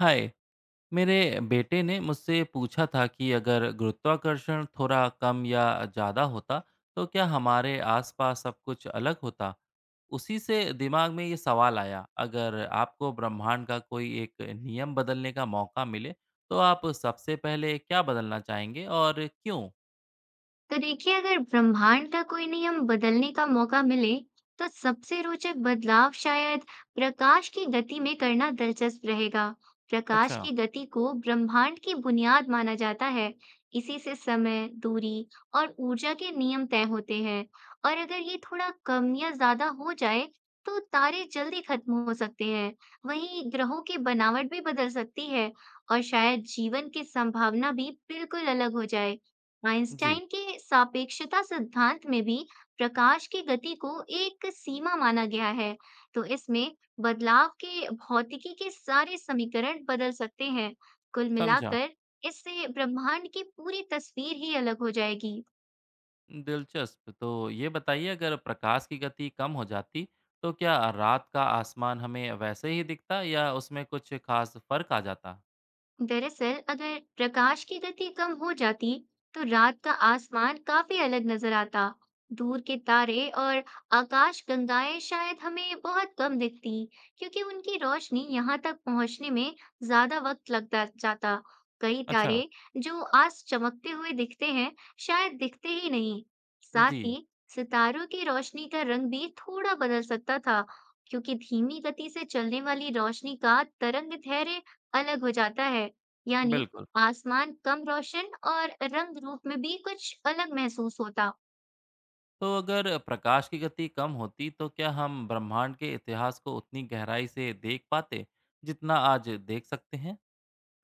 हाय। मेरे बेटे ने मुझसे पूछा था कि अगर गुरुत्वाकर्षण थोड़ा कम या ज़्यादा होता तो क्या हमारे आसपास सब कुछ अलग होता। उसी से दिमाग में ये सवाल आया, अगर आपको ब्रह्मांड का कोई एक नियम बदलने का मौका मिले तो आप सबसे पहले क्या बदलना चाहेंगे और क्यों? तो देखिए, अगर ब्रह्मांड का कोई नियम बदलने का मौका मिले, तो सबसे रोचक बदलाव शायद प्रकाश की गति में करना दिलचस्प रहेगा। प्रकाश अच्छा। की गति को ब्रह्मांड की बुनियाद माना जाता है। इसी से समय, दूरी और ऊर्जा के नियम तय होते हैं। और अगर ये थोड़ा कम या ज्यादा हो जाए, तो तारे जल्दी खत्म हो सकते हैं। वहीं ग्रहों की बनावट भी बदल सकती है और शायद जीवन की संभावना भी बिल्कुल अलग हो जाए। जी। आइंस्टाइन के सापेक्षता सिद्धांत में भी प्रकाश की गति को एक सीमा माना गया है, तो इसमें बदलाव के भौतिकी के सारे समीकरण बदल सकते हैं। कुल समझा। मिलाकर इससे ब्रह्मांड की पूरी तस्वीर ही अलग हो जाएगी। दिलचस्प। तो ये बताइए, अगर प्रकाश की गति कम हो जाती तो क्या रात का आसमान हमें वैसे ही दिखता या उसमें कुछ खास फर्क आ जाता? दरअसल अगर प्रकाश की गति कम हो जाती, तो रात का आसमान काफी अलग नजर आता। दूर के तारे और आकाश गंगाएं शायद हमें बहुत कम दिखती, क्योंकि उनकी रोशनी यहाँ तक पहुंचने में ज्यादा वक्त लगता जाता। कई अच्छा। तारे जो आज चमकते हुए दिखते हैं, शायद दिखते ही नहीं। साथ जी। ही सितारों की रोशनी का रंग भी थोड़ा बदल सकता था, क्योंकि धीमी गति से चलने वाली रोशनी का तरंग धैर्य अलग हो जाता है। यानी बिल्कुल। आसमान कम रोशन और रंग रूप में भी कुछ अलग महसूस होता। तो अगर प्रकाश की गति कम होती तो क्या हम ब्रह्मांड के इतिहास को उतनी गहराई से देख पाते जितना आज देख सकते हैं?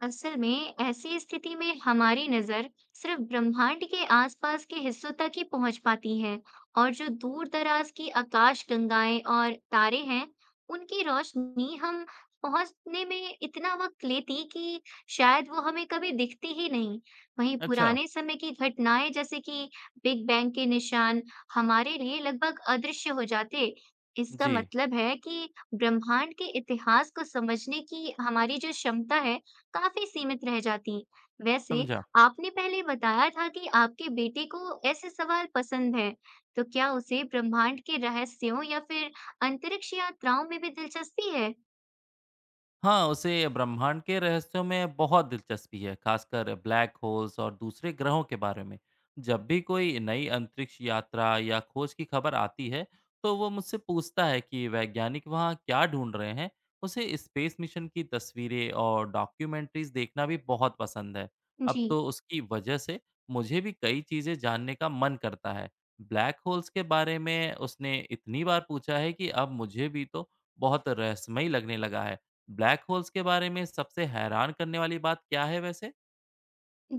असल में ऐसी स्थिति में हमारी नजर सिर्फ ब्रह्मांड के आसपास के हिस्सों तक ही पहुंच पाती है, और जो दूर दराज की आकाश गंगाएं और तारे हैं, उनकी रोशनी हम पहुंचने में इतना वक्त लेती कि शायद वो हमें कभी दिखती ही नहीं। वहीं अच्छा। पुराने समय की घटनाएं जैसे कि बिग बैंग के निशान हमारे लिए लगभग अदृश्य हो जाते। इसका जी। मतलब है कि ब्रह्मांड के इतिहास को समझने की हमारी जो क्षमता है, काफी सीमित रह जाती। वैसे समझा। आपने पहले बताया था कि आपके बेटे को ऐसे सवाल पसंद हैं, तो क्या उसे ब्रह्मांड के रहस्यों या फिर अंतरिक्ष यात्राओं में भी दिलचस्पी है? हाँ, उसे ब्रह्मांड के रहस्यों में बहुत दिलचस्पी है, खासकर ब्लैक होल्स और दूसरे ग्रहों के बारे में। जब भी कोई नई अंतरिक्ष यात्रा या खोज की खबर आती है, तो वो मुझसे पूछता है कि वैज्ञानिक वहाँ क्या ढूंढ रहे हैं। उसे स्पेस मिशन की तस्वीरें और डॉक्यूमेंट्रीज देखना भी बहुत पसंद है। अब जी। तो उसकी वजह से मुझे भी कई चीज़ें जानने का मन करता है। ब्लैक होल्स के बारे में उसने इतनी बार पूछा है कि अब मुझे भी तो बहुत रहस्यमय लगने लगा है। ब्लैक होल्स के बारे में सबसे हैरान करने वाली बात क्या है वैसे?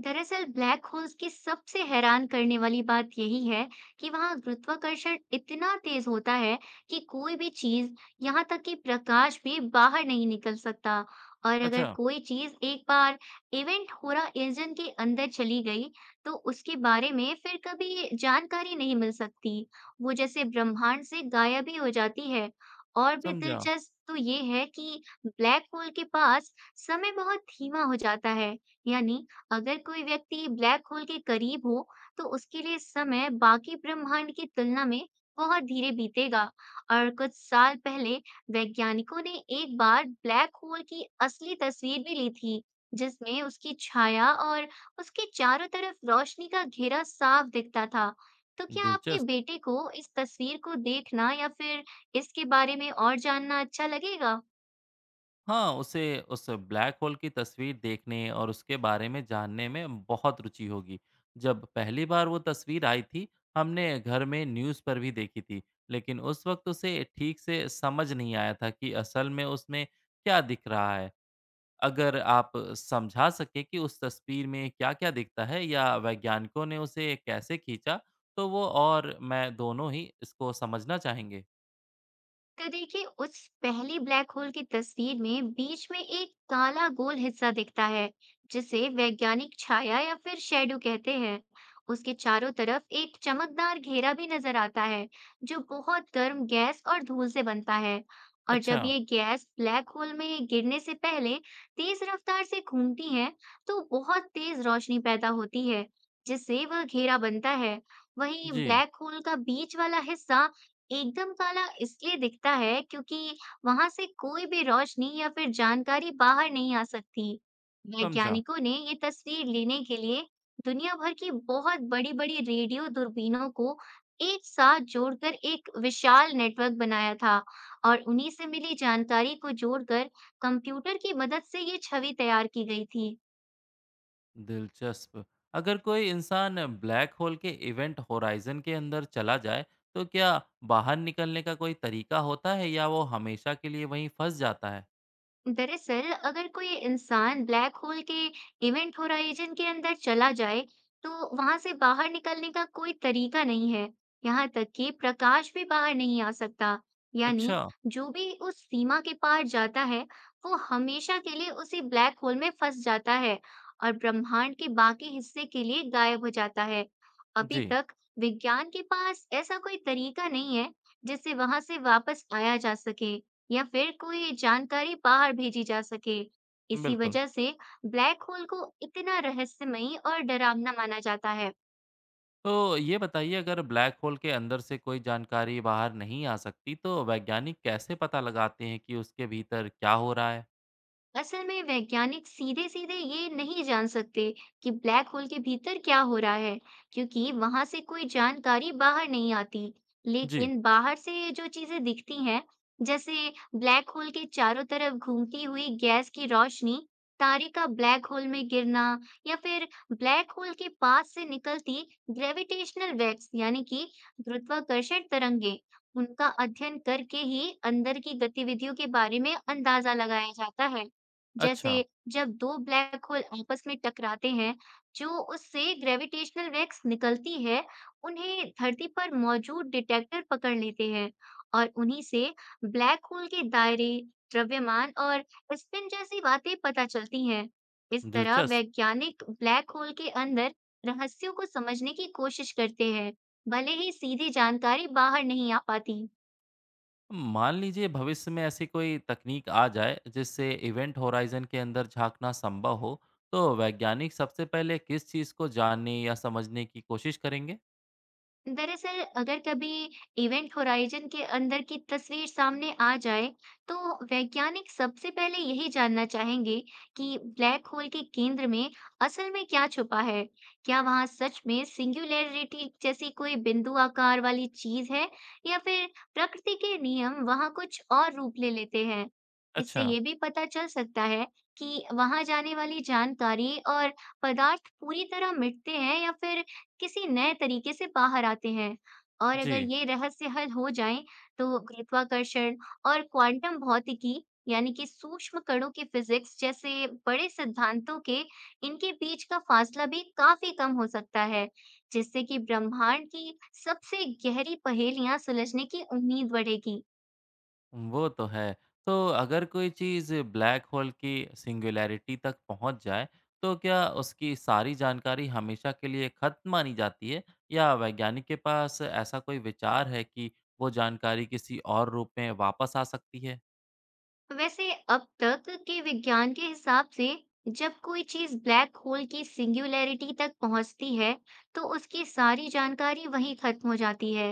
दरअसल ब्लैक होल्स की सबसे हैरान करने वाली बात यही है कि वहां गुरुत्वाकर्षण इतना तेज होता है कि कोई भी चीज, यहाँ तक कि प्रकाश भी बाहर नहीं निकल सकता। और अगर अच्छा, कोई चीज एक बार इवेंट हो रहा इंजन के अंदर चली गई, तो उसके बारे में फिर कभी जानकारी नहीं मिल सकती। वो जैसे ब्रह्मांड से गायब ही हो जाती है। और भी समझा। दिलचस्प तो ये है कि ब्लैक होल के पास समय बहुत धीमा हो जाता है। यानी अगर कोई व्यक्ति ब्लैक होल के करीब हो, तो उसके लिए समय बाकी ब्रह्मांड की तुलना में बहुत धीरे बीतेगा। और कुछ साल पहले वैज्ञानिकों ने एक बार ब्लैक होल की असली तस्वीर भी ली थी, जिसमें उसकी छाया और उसके चारों तरफ रोशनी का घेरा साफ दिखता था। तो क्या आपके दिलचस्प। बेटे को इस तस्वीर को देखना या फिर इसके बारे में और जानना अच्छा लगेगा? हाँ, उसे उस ब्लैक होल की तस्वीर देखने और उसके बारे में जानने में बहुत रुचि होगी। जब पहली बार वो तस्वीर आई थी, हमने घर में न्यूज़ पर भी देखी थी, लेकिन उस वक्त उसे ठीक से समझ नहीं आया था कि असल में उसमें क्या दिख रहा है। अगर आप समझा सकें कि उस तस्वीर में क्या-क्या दिखता है या वैज्ञानिकों ने उसे कैसे खींचा, तो वो और मैं दोनों ही इसको समझना चाहेंगे। तो देखिए, उस पहली ब्लैक होल की तस्वीर में बीच में एक काला गोल हिस्सा दिखता है, जिसे वैज्ञानिक छाया या फिर शैडो कहते हैं। उसके चारों तरफ एक चमकदार घेरा भी नजर आता है, जो बहुत गर्म गैस और धूल से बनता है। और अच्छा, जब ये गैस ब्लैक होल में गिरने से पहले तेज रफ्तार से घूमती है, तो बहुत तेज रोशनी पैदा होती है, जिससे वह घेरा बनता है। वहीं जी, ब्लैक होल का बीच वाला हिस्सा एकदम काला इसलिए दिखता है क्योंकि वहां से कोई भी रोशनी या फिर जानकारी बाहर नहीं आ सकती। समझा। वैज्ञानिकों ने ये तस्वीर लेने के लिए दुनिया भर की बहुत बड़ी-बड़ी रेडियो दूरबीनों को एक साथ जोड़कर एक विशाल नेटवर्क बनाया था, और उन्हीं से मिली जानकारी को जोड़कर कंप्यूटर की मदद से ये छवि तैयार की गई थी। दिलचस्प। अगर कोई इंसान ब्लैक होल के इवेंट होराइज़न के अंदर चला जाए, तो क्या बाहर निकलने का कोई तरीका होता है या वो हमेशा के लिए वहीं फँस जाता है? दरअसल अगर कोई इंसान ब्लैक होल के इवेंट होराइजन के अंदर चला जाए, तो वहां से बाहर निकलने का कोई तरीका नहीं है। यहाँ तक कि प्रकाश भी बाहर नहीं आ सकता। यानी अच्छा, जो भी उस सीमा के पार जाता है, वो हमेशा के लिए उसी ब्लैक होल में फंस जाता है और ब्रह्मांड के बाकी हिस्से के लिए गायब हो जाता है। अभी जी, तक विज्ञान के पास ऐसा कोई तरीका नहीं है जिससे वहां से वापस आया जा सके या फिर कोई जानकारी बाहर भेजी जा सके। इसी बिल्कुल। वजह से ब्लैक होल को इतना रहस्यमयी और डरावना माना जाता है। तो ये बताइए, अगर ब्लैक होल के अंदर से कोई जानकारी बाहर नहीं आ सकती तो वैज्ञानिक कैसे पता लगाते हैं कि उसके भीतर क्या हो रहा है? असल में वैज्ञानिक सीधे सीधे ये नहीं जान सकते कि ब्लैक होल के भीतर क्या हो रहा है, क्योंकि वहां से कोई जानकारी बाहर नहीं आती। जी। लेकिन बाहर से जो चीजें दिखती हैं, जैसे ब्लैक होल के चारों तरफ घूमती हुई गैस की रोशनी, तारे का ब्लैक होल में गिरना, या फिर ब्लैक होल के पास से निकलती ग्रेविटेशनल वेव्स यानी कि गुरुत्वाकर्षण तरंगे, उनका अध्ययन करके ही अंदर की गतिविधियों के बारे में अंदाजा लगाया जाता है। जैसे अच्छा। जब दो ब्लैक होल आपस में टकराते हैं, जो उससे ग्रेविटेशनल वेव्स निकलती है, उन्हें धरती पर मौजूद डिटेक्टर पकड़ लेते हैं, और उन्हीं से ब्लैक होल के दायरे, द्रव्यमान और स्पिन जैसी बातें पता चलती हैं। इस तरह दिलचस्प। वैज्ञानिक ब्लैक होल के अंदर रहस्यों को समझने की कोशिश करते हैं, भले ही सीधी जानकारी बाहर नहीं आ पाती। मान लीजिए भविष्य में ऐसी कोई तकनीक आ जाए जिससे इवेंट होराइजन के अंदर झांकना संभव हो, तो वैज्ञानिक सबसे पहले किस चीज़ को जानने या समझने की कोशिश करेंगे? दरअसल अगर कभी इवेंट होराइजन के अंदर की तस्वीर सामने आ जाए, तो वैज्ञानिक सबसे पहले यही जानना चाहेंगे कि ब्लैक होल के केंद्र में असल में क्या छुपा है। क्या वहां सच में सिंगुलैरिटी जैसी कोई बिंदु आकार वाली चीज है, या फिर प्रकृति के नियम वहां कुछ और रूप ले लेते हैं। इससे अच्छा। ये भी पता चल सकता है कि वहां जाने वाली जानकारी और पदार्थ पूरी तरह मिटते हैं या फिर किसी नए तरीके से बाहर आते हैं। और अगर जी। ये रहस्य हल हो जाएं, तो गुरुत्वाकर्षण और क्वांटम भौतिकी, यानी कि सूक्ष्म कणों की फिजिक्स जैसे बड़े सिद्धांतों के इनके बीच का फासला भी काफी कम हो सकता है, जिससे कि ब्रह्मांड की सबसे गहरी पहेलियां सुलझने की उम्मीद बढ़ेगी। वो तो है। तो अगर कोई चीज़ ब्लैक होल की सिंगुलैरिटी तक पहुँच जाए, तो क्या उसकी सारी जानकारी हमेशा के लिए खत्म मानी जाती है या वैज्ञानिक के पास ऐसा कोई विचार है कि वो जानकारी किसी और रूप में वापस आ सकती है? वैसे अब तक के विज्ञान के हिसाब से जब कोई चीज ब्लैक होल की सिंगुलैरिटी तक पहुंचती है, तो उसकी सारी जानकारी वहीं खत्म हो जाती है।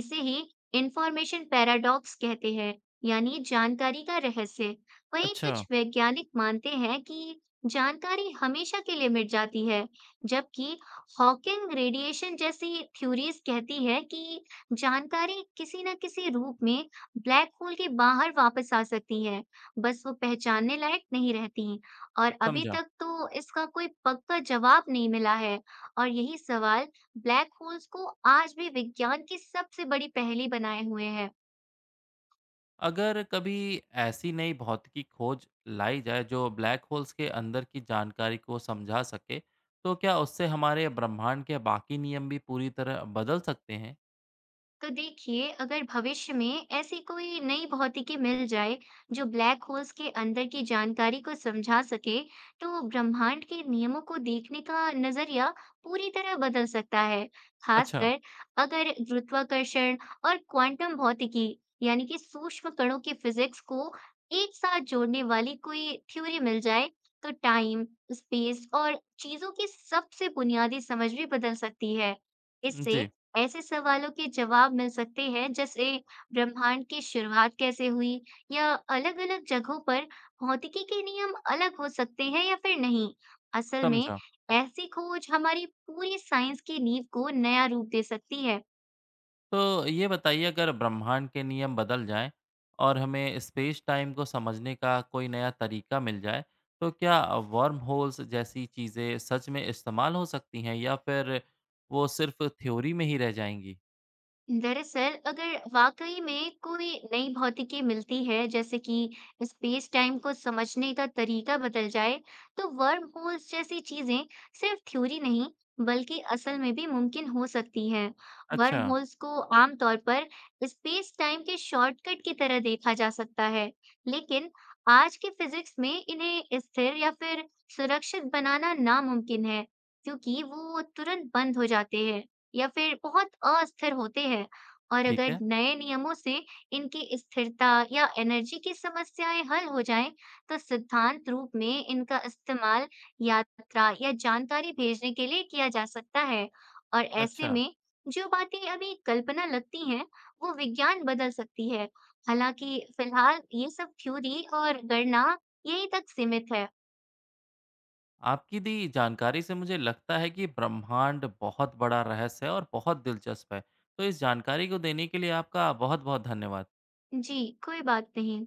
इसे ही इंफॉर्मेशन पैराडॉक्स कहते हैं, यानी जानकारी का रहस्य। वहीं अच्छा, कुछ वैज्ञानिक मानते हैं कि जानकारी हमेशा के लिए मिट जाती है, जबकि हॉकिंग रेडिएशन जैसी थ्योरीज कहती है कि जानकारी किसी न किसी रूप में ब्लैक होल के बाहर वापस आ सकती हैं, बस वो पहचानने लायक नहीं रहती। और अभी समझा। तक तो इसका कोई पक्का जवाब नहीं मिला है, और यही सवाल ब्लैक होल्स को आज भी विज्ञान की सबसे बड़ी पहेली बनाए हुए है। अगर कभी ऐसी नई भौतिकी खोज लाई जाए जो ब्लैक होल्स के अंदर की जानकारी को समझा सके, तो क्या उससे हमारे ब्रह्मांड के बाकी नियम भी पूरी तरह बदल सकते हैं? तो देखिए, अगर भविष्य में ऐसी कोई नई भौतिकी मिल जाए जो ब्लैक होल्स के अंदर की जानकारी को समझा सके, तो ब्रह्मांड के नियमों को देखने का नजरिया पूरी तरह बदल सकता है। अच्छा, खासकर अगर गुरुत्वाकर्षण और क्वांटम भौतिकी, यानी कि सूक्ष्म कणों की फिजिक्स को एक साथ जोड़ने वाली कोई थ्योरी मिल जाए, तो टाइम, स्पेस और चीजों की सबसे बुनियादी समझ भी बदल सकती है। इससे जी। ऐसे सवालों के जवाब मिल सकते हैं, जैसे ब्रह्मांड की शुरुआत कैसे हुई या अलग-अलग जगहों पर भौतिकी के नियम अलग हो सकते हैं या फिर नहीं। असल में समझा। ऐसी खोज हमारी पूरी साइंस की नींव को नया रूप दे सकती है। तो ये बताइए, अगर ब्रह्मांड के नियम बदल जाएं और हमें स्पेस टाइम को समझने का कोई नया तरीका मिल जाए, तो क्या वर्म होल्स जैसी चीज़ें सच में इस्तेमाल हो सकती हैं या फिर वो सिर्फ थ्योरी में ही रह जाएंगी? दरअसल अगर वाकई में कोई नई भौतिकी मिलती है, जैसे कि स्पेस टाइम को समझने का तरीका बदल जाए, तो वर्म होल्स जैसी चीजें सिर्फ थ्योरी नहीं, बल्कि असल में भी मुमकिन हो सकती है। अच्छा, वर्म होल्स को आमतौर पर स्पेस टाइम के शॉर्टकट की तरह देखा जा सकता है, लेकिन आज के फिजिक्स में इन्हें स्थिर या फिर सुरक्षित बनाना नामुमकिन है, क्योंकि वो तुरंत बंद हो जाते हैं या फिर बहुत अस्थिर होते हैं। और ठीक अगर है। नए नियमों से इनकी स्थिरता या एनर्जी की समस्याएं हल हो जाएं, तो सिद्धांत रूप में इनका इस्तेमाल यात्रा या जानकारी भेजने के लिए किया जा सकता है, और ऐसे अच्छा। में जो बातें अभी कल्पना लगती हैं, वो विज्ञान बदल सकती है। हालांकि फिलहाल ये सब थ्योरी और गणना यहीं तक सीमित है। आपकी दी जानकारी से मुझे लगता है कि ब्रह्मांड बहुत बड़ा रहस्य है और बहुत दिलचस्प है। तो इस जानकारी को देने के लिए आपका बहुत-बहुत धन्यवाद। जी, कोई बात नहीं।